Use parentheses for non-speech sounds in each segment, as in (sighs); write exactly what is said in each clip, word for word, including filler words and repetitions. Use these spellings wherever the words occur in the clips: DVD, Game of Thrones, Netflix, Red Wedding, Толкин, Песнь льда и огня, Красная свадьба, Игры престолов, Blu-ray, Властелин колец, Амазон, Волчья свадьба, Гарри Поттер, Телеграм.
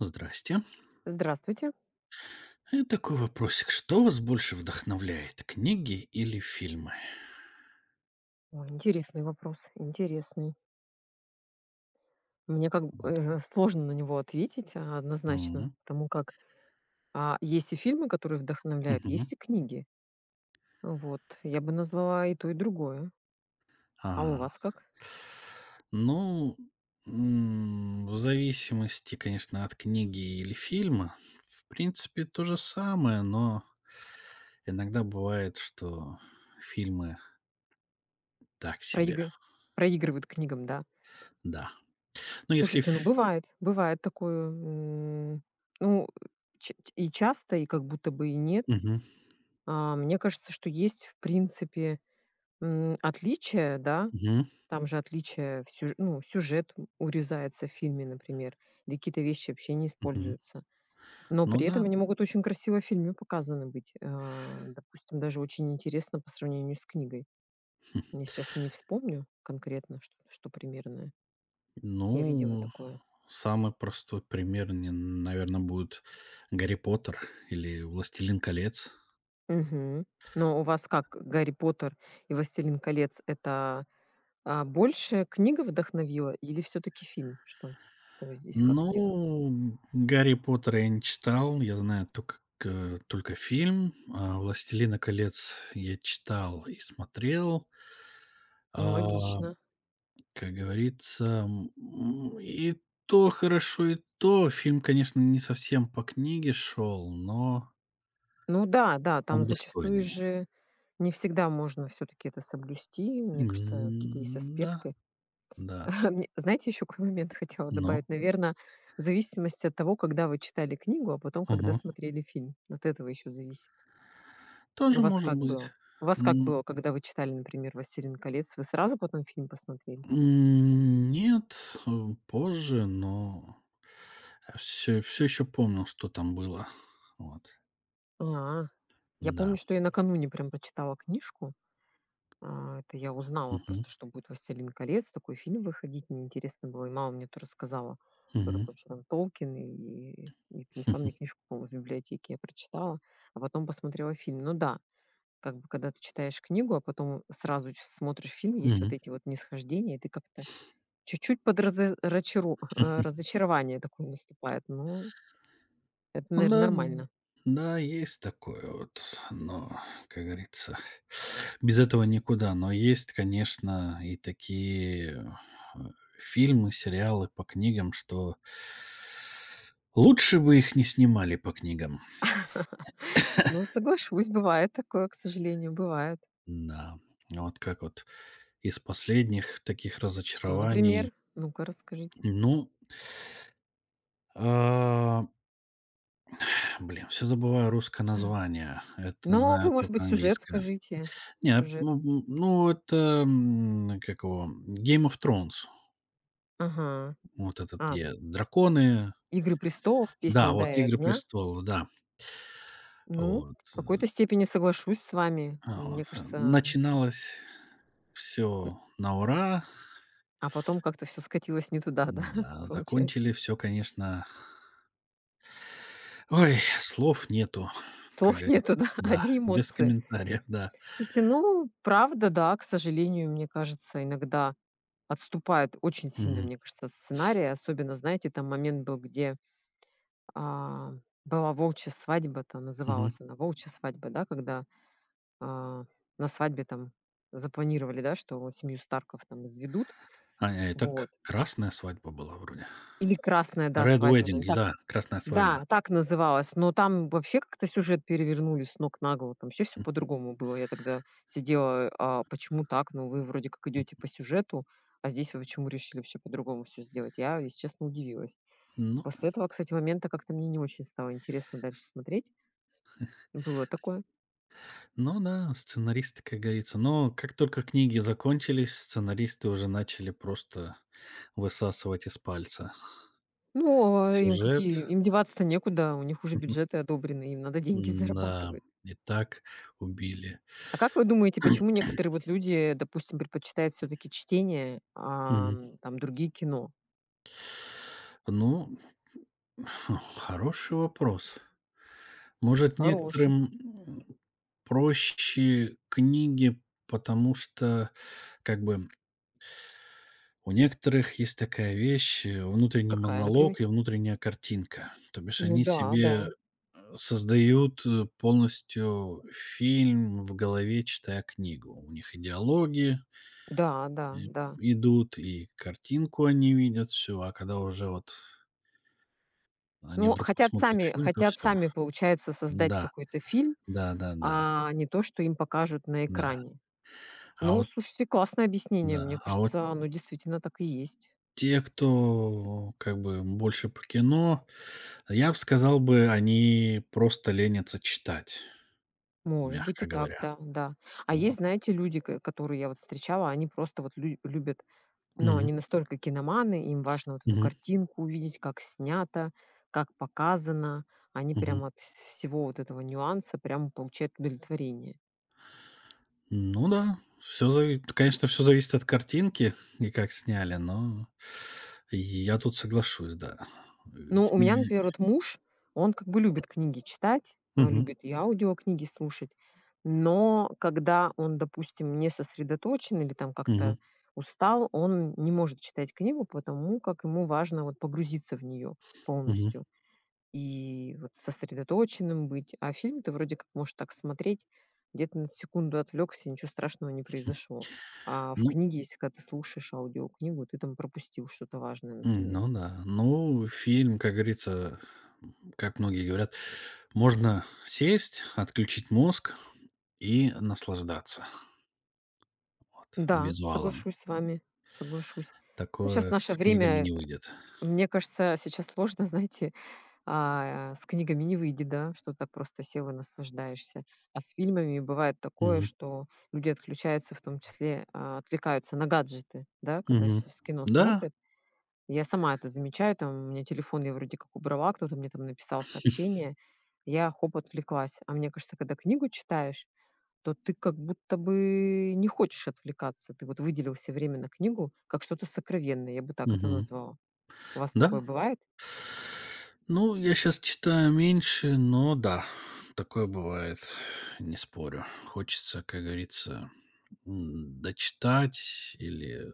Здрасте. Здравствуйте. И такой вопросик. Что вас больше вдохновляет, книги или фильмы? Ой, интересный вопрос, интересный. Мне как б Вот. э, сложно на него ответить, а, однозначно, Мгм. потому как, а, есть и фильмы, которые вдохновляют, Мгм. есть и книги. Вот. Я бы назвала и то, и другое. А у А. вас как? Ну, м, в зависимости, конечно, от книги или фильма, в принципе, то же самое, но иногда бывает, что фильмы так себе, Проигры проигрывают к книгам, да. да. Ну, если Слушайте, ну, мгм, фи бывает, бывает такое, м. Ну, ч и часто, и как будто бы и нет. Мгм. А, мне кажется, что есть, в принципе, м, отличия, да. Мгм. Там же отличие в сюж ну, сюжет урезается в фильме, например, или какие-то вещи вообще не Мгм. используются. Но Ну при этом да. они могут очень красиво в фильме показаны быть. А, допустим, даже очень интересно по сравнению с книгой. Хм. Я сейчас не вспомню конкретно, что что примерно я видела Ну. такое. Самый простой пример, наверное, будет "Гарри Поттер" или "Властелин колец". Мгм. Но у вас как, "Гарри Поттер" и "Властелин колец" — это, а, больше книга вдохновила или все таки фильм? Что что вы здесь как сделали? Ну, "Гарри Поттера" я не читал, я знаю только к только фильм, а "Властелина колец" я читал и смотрел. А, Аналогично. как говорится, м, и то хорошо, и то. Фильм, конечно, не совсем по книге шел, но Ну да, да, там он зачастую достойный. же не всегда можно все таки это соблюсти. Мне кажется, какие-то есть М, да, аспекты. да. (laughs) Мне, знаете, еще какой момент (laughs) хотела Ну? добавить? Наверное, зависимость от того, когда вы читали книгу, а потом когда смотрели фильм. От этого еще зависит. У Тоже вас может как быть. было? У вас как М, было, когда вы читали, например, "Властелин колец"? Вы сразу потом фильм посмотрели? м, нет, э, позже, но все все еще помнил, что там было. Вот, А, я да. помню, что я накануне прям прочитала книжку. А, это я узнала Мгм. просто, что будет "Властелин колец", такой фильм выходить, мне интересно было, и мама мне тоже рассказала, кто Мгм. такой вообще там Толкин, и и принесла мне (laughs) книжку, по-моему, из библиотеки. Я прочитала, а потом посмотрела фильм. Ну да, как бы когда ты читаешь книгу, а потом сразу ч смотришь фильм, есть Мгм. вот эти вот нисхождения, и ты как-то чуть-чуть под разы рачару э, разочарование такое наступает. Ну, это, Ну наверное, да, н нормально. да, есть такое вот, но, как говорится, (sniffs) без этого никуда. Но есть, конечно, и такие, э, фильмы, сериалы по книгам, что лучше бы их не снимали по книгам. (laughs) Ну, соглашусь, бывает такое, к сожалению, бывает. Да, ну, вот как вот из последних таких Что, разочарований, например? Ну-ка, расскажите. ну, а, (clears throat) блин, все забываю русское название. Это Но вы, знаю может только быть, сюжет английское. скажите. Не, Сюжет. ну, м, ну, это, м, как его, Game of Thrones. Ага. Вот этот, А, где драконы. "Игры престолов", "Песнь Да, льда вот и "Игры огня". престолов", да. Ну, Вот, в э, какой-то степени соглашусь с вами. а, Мне вот, э, кажется, сл начиналось м, все на ура. А потом как-то все скатилось не туда, да, (laughs) Да, получается. закончили все, конечно. Ой, слов нету, как Слов нету, говорится. да, (laughs) Да, одни без эмоции. комментариев, да. Слушайте, ну, правда, да, к сожалению, мне кажется, иногда отступает очень сильно, Мгм, мне кажется, от сценария. Особенно, знаете, там момент был, где, а, была "Волчья свадьба", то мгм. называлась она "Волчья свадьба", да, когда а, на свадьбе там запланировали, да, что семью Старков там изведут, А, э, это вот. к красная свадьба была вроде. Или "Красная", да, Red свадьба, наверно, Wedding, так. да, красная Да, свадьба. так называлась, но там вообще как-то сюжет перевернули с ног на голову, там вообще всё М, по-другому было. Я тогда сидела: "А почему так? Ну, вы вроде как идёте по сюжету, а здесь вы почему решили вообще по-другому всё сделать?" Я, если честно, удивилась. ну, После этого, кстати, момента как-то мне не очень стало интересно дальше с смотреть. Было такое. ну да, сценаристы, как говорится. Но как только книги закончились, сценаристы уже начали просто высасывать из пальца Ну, а им сюжет. какие? Им деваться-то некуда, у них уже бюджеты одобрены, им надо (laughs) (laughs) деньги Да, зарабатывать. и так убили. А как вы думаете, почему (clears throat) некоторые вот люди, допустим, предпочитают все таки чтение, а, Мгм. м, там другие кино? Ну, (sighs) хороший вопрос. Может, Хороший. некоторым, м, проще книги, потому что, как бы, у некоторых есть такая вещь, э, внутренний Какая, например? монолог и внутренняя картинка. То бишь Ну они да, да. себе, э, создают, э, полностью фильм в голове, читая книгу. У них и диалоги Да, да, и да. идут, и картинку они видят все. А когда уже вот они Ну, вдруг хотят посмотрят сами фильм, то хотят все. сами, получается, создать Да, какой-то фильм, да-да-да, да. а не то, что им покажут на Да, да. экране. А Ну, вот слушайте, классное объяснение. Мне да, а вот. кажется, оно действительно так и есть. Те, кто как бы больше по кино, я бы сказал бы, они просто ленятся читать, Может быть и мягко так, говоря. да, да. А есть, Вот. знаете, люди, ко которые я вот встречала, они просто вот лю любят, но Мгм, они настолько киноманы, им важно вот эту мгм, картинку увидеть, как снято, как показано. Они мгм. прям от всего вот этого нюанса прям получают удовлетворение. Ну да, все, зави конечно, все зависит от картинки и как сняли, но я тут соглашусь, да. Ну, В. у меня, например, вот муж, он как бы любит книги читать, а, Мгм, любит и аудиокниги слушать, но когда он, допустим, не сосредоточен или там мгм, как-то устал, он не может читать книгу, потому как ему важно вот погрузиться в нее мгм. полностью и вот сосредоточенным быть. А фильм ты вроде как можешь так смотреть, где-то на секунду отвлекся, ничего страшного не произошло. А в Ну, книге, если когда ты слушаешь аудиокнигу, ты там пропустил что-то важное, м, например. ну да. Ну, фильм, как говорится, м, как многие говорят, можно сесть, отключить мозг и наслаждаться, вот, Да, визуалом. соглашусь с вами, соглашусь. Ну, сейчас Такое наше с книгами время, не э, выйдет. мне кажется, сейчас сложно, (laughs) знаете, а, с книгами не выйдет, да, что так просто сел и наслаждаешься. А с фильмами бывает такое, Мгм. что люди отключаются, в том числе, а, отвлекаются на гаджеты, да, когда Мгм. сейчас кино Да. смотрят. Я сама это замечаю, там у меня телефон я вроде как убрала, кто-то мне там написал (laughs) сообщение, я хоп, отвлеклась. А мне кажется, когда книгу читаешь, то ты как будто бы не хочешь отвлекаться. Ты вот выделил все время на книгу как что-то сокровенное, я бы так это Мгм. назвала. У вас Да. такое бывает? Ну, я сейчас читаю меньше, но да, такое бывает, не спорю. Хочется, как говорится, м, дочитать или, э,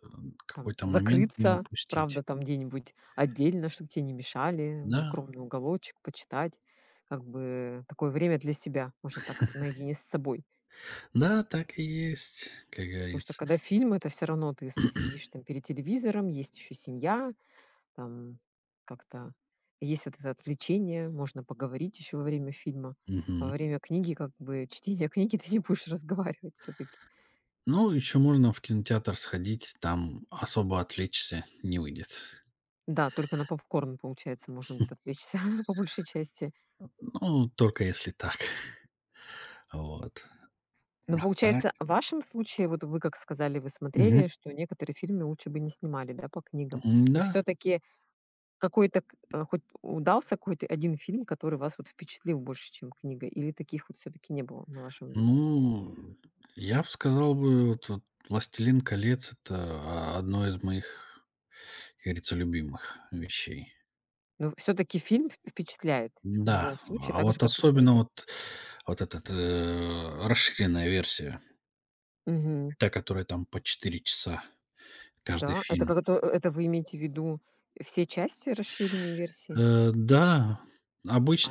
Там какой-то момент не закрыться, правда, упустить. там где-нибудь отдельно, чтобы тебе не мешали, Да, укромный уголочек, почитать. Как бы такое время для себя, можно так, с- наедине с собой. да, так и есть, как Потому что говорится. когда фильм, это все равно ты сидишь там перед телевизором, есть еще семья, там как-то есть вот это отвлечение, можно поговорить еще во время фильма. А во Мгм. время книги, как бы чтения книги, (laughs) ты не будешь разговаривать все-таки. Ну, еще можно в кинотеатр сходить, там особо отвлечься не выйдет. Да, только на попкорн, получается, можно будет отвлечься (laughs) по большей части. Ну, только если так. Вот. Но А так. получается, в вашем случае, вот вы как сказали, вы Мгм. смотрели, что некоторые фильмы лучше бы не снимали, да, по книгам. Но М-да. все-таки какой-то, к- э, хоть удался какой-то один фильм, который вас вот впечатлил больше, чем книга? Или таких вот все-таки не было на вашем. Ну, я б сказал бы, вот вот "Властелин колец" — это о одно из моих, как говорится, любимых вещей. Но все таки фильм вп впечатляет в Да, любом случае, а так же, вот как и особенно книга. вот вот этот, э, расширенная версия, Мгм. та, которая там по четыре часа каждый Да, это фильм. как это это вы имеете в виду все части расширенной версии? Э, да,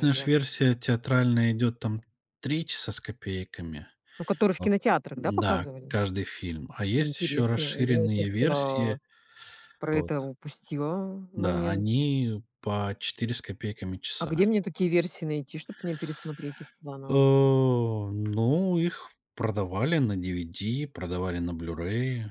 А я ж вот версия театральная идет там три часа с копейками. ну, которые в Вот. кинотеатрах, да, Да, показывали? каждый фильм. А Слушайте, есть еще интересно. А я вот расширенные как-то а, версии. про Вот. это упустила Да, момент. они по четыре с копейками А часа. где мне такие версии найти, чтобы мне пересмотреть их Э, заново, например? ну, их продавали на D V D, продавали на Blu-ray.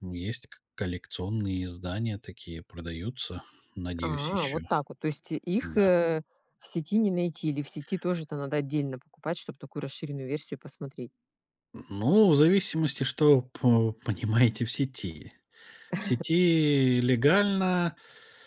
М, Есть к- коллекционные издания такие, продаются, надеюсь, А, еще. вот так вот. То есть и- их, Да. э, в сети не найти или в сети тоже то надо отдельно покупать, чтобы такую расширенную версию посмотреть? Ну, в зависимости, что по- понимаете в сети. В сети легально,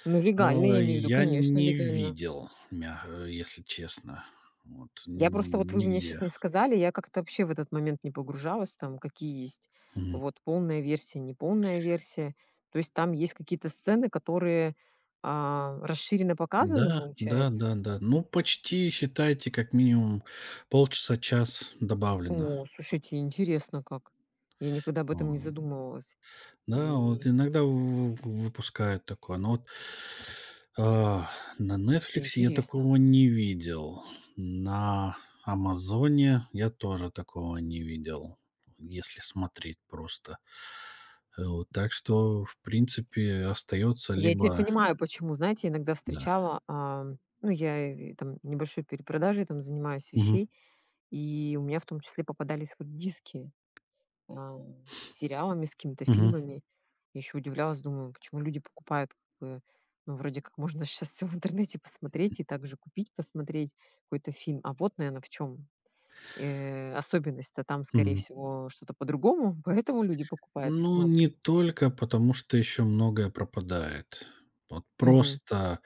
Ну, э, легально, я имею в виду, я конечно, не легально. видел, мя э, если честно. Вот Я просто вот н вы мне нигде. сейчас не сказали, я как-то вообще в этот момент не погружалась, там какие есть, Мгм. вот полная версия, неполная версия. То есть там есть какие-то сцены, которые, а, расширенно показаны, Да, да, получается? да, да. Ну, почти, считайте, как минимум полчаса-час добавлено. О, слушайте, интересно как. Я никогда об этом не Вот. задумывалась. Да, вот И, иногда в выпускают такое, но вот, а, на слушайте, Netflix я интересно. такого не видел. На "Амазоне" я тоже такого не видел, если смотреть просто. Э, вот, так что, в принципе, остается Я теперь либо. понимаю, почему, знаете, иногда Да. встречала, а, ну, я и там небольшой перепродажей там занимаюсь Мгм. вещей. И у меня в том числе попадались вот диски, а, с сериалами, с какими-то Мгм. фильмами. Я еще удивлялась, думаю, почему люди покупают, как бы, ну, вроде как можно (laughs) сейчас все в интернете посмотреть и также купить, посмотреть какой-то фильм. А вот, наверное, в чем особенность-то там, скорее Мгм. всего, что-то по-другому, (laughs) поэтому люди покупают и Ну, смотрят. не только, потому что еще многое пропадает. Вот Мгм. просто,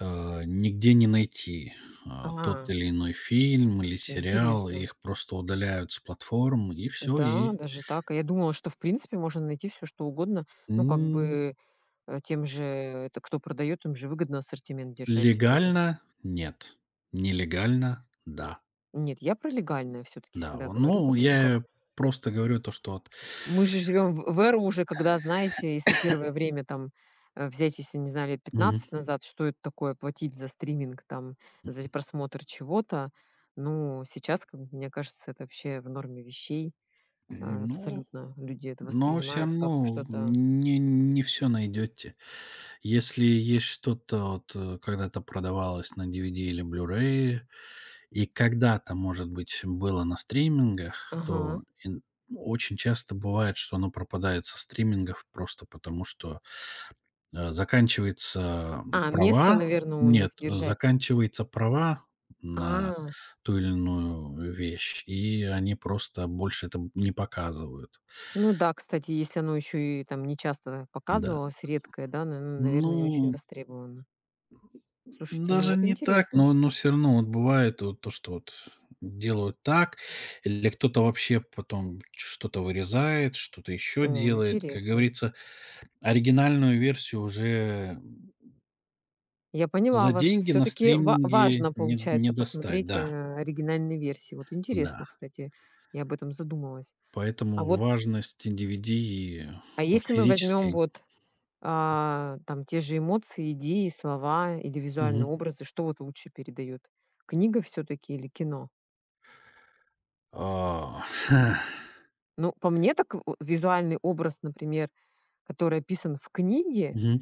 э, нигде не найти, а, тот А, или иной фильм или слушайте, сериал. И интересно. их просто удаляют с платформ, и все. Да, И, даже так. А я думала, что в принципе можно найти все, что угодно, ну, как м, бы э, тем же, э, это кто продает, им же выгодно ассортимент держать в этом. легально — нет, нелегально — да, Нет, я про легальное все таки да. всегда О, говорю, ну, потому как я просто говорю то, что вот. мы же живем в в эру уже, когда, знаете, если первое время там, э, взять, если, не знаю, лет Мгм. пятнадцать назад, что это такое платить за стриминг, там, за просмотр чего-то. Ну, сейчас, как бы, мне кажется, это вообще в норме вещей. А, Ну, Абсолютно люди это но все воспринимают как равно что-то. не не все найдете. Если есть что-то, вот, э, когда-то продавалось на D V D или Blu-ray, и когда-то, может быть, было на стримингах, Ага. то ин очень часто бывает, что оно пропадает со стримингов просто потому, что, э, заканчиваются, А, место, права. наверное, у них Нет, э, держать. заканчиваются права на А. ту или иную вещь, и они просто больше это не показывают. Ну да, кстати, если оно еще и там нечасто Да. показывалось, редкое, да, наверное, не очень Ну, востребовано. Слушайте, ну даже вот не так, интересно. но но все равно вот бывает вот то, что вот делают так, или кто-то вообще потом что-то вырезает, что-то еще О, делает. Как интересно. говорится, оригинальную версию уже Я поняла за вас. деньги Все на таки стриминге важно, не не получается, достать. посмотреть, Да, э, оригинальные версии. Вот да. интересно, кстати, я об этом задумалась. А Поэтому вот, важность D V D и а если мы возьмем физической. вот, а, там те же эмоции, идеи, слова или визуальные Мгм. образы, что вот лучше передает? Книга все таки или кино? А, (laughs) Ну, по мне так в визуальный образ, например, который описан в книге, мгм.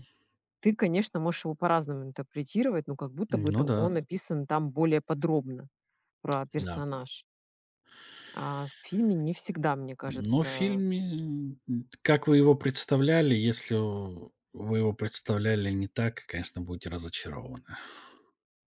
ты, конечно, можешь его по-разному интерпретировать, но как будто бы Ну это да, он описан там более подробно про да. персонаж. А в фильме не всегда, мне Ну, в кажется. фильме, м, как вы его представляли, если у- вы его представляли не так, конечно, будете разочарованы.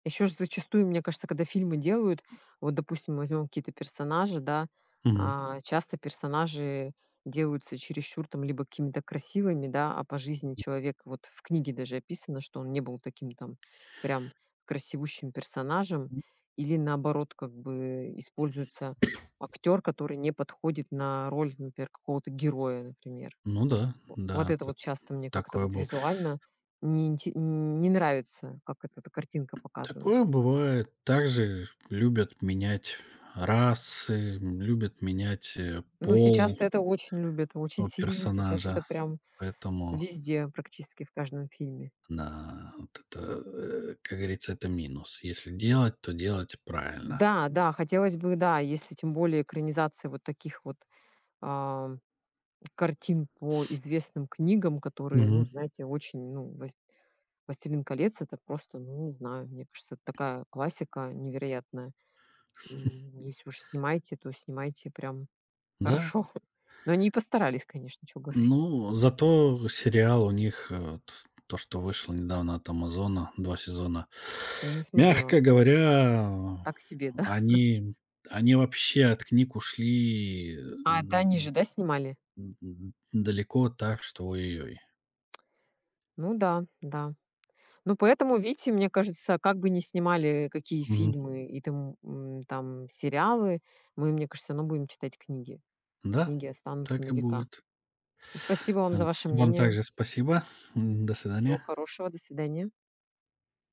Еще же зачастую, мне кажется, когда фильмы делают, вот, допустим, возьмем какие-то персонажи, да, Мгм. а, часто персонажи делаются чересчур там либо какими-то красивыми, да, а по жизни человек, вот в книге даже описано, что он не был таким там прям красивущим персонажем, или наоборот, как бы используется актер, который не подходит на роль, например, какого-то героя, например. Ну да, О, вот да, это так вот часто мне как-то такое вот было. визуально не, инте- не нравится, как эта, эта картинка показана. Такое бывает. Также любят менять расы, м, любят менять, э, Ну, пол сейчас-то это очень любят, очень у сильно. (laughs) Сейчас это персонажа, прям поэтому везде, практически в каждом фильме. да, вот это, э, как говорится, это минус. Если делать, то делать правильно. Да, да, хотелось бы, да, если тем более экранизация вот таких вот, а, картин по известным книгам, которые, ну, Мгм. знаете, очень, ну, вась "Властелин колец" — это просто, ну, не знаю, мне кажется, это такая классика невероятная. М, если уж снимаете, то снимайте прям Да. хорошо. (laughs) Но они и постарались, конечно, что говорить. Ну, зато сериал у них, э, т то, что вышло недавно от "Амазона", два сезона. Я не смотрела, Мягко кстати. говоря, Так себе, да? они они вообще от книг ушли, А, это они же, да, снимали? м, м, далеко так, что ой-ой-ой. Ну да, да. Ну, поэтому, видите, мне кажется, как бы не снимали какие Мгм. фильмы и там, м, там сериалы, мы, мне кажется, всё будем читать книги. Да, Книги останутся на так и века. будет. Спасибо вам А, за с ваше вам мнение. также спасибо. М, до Всего свидания. хорошего. До свидания.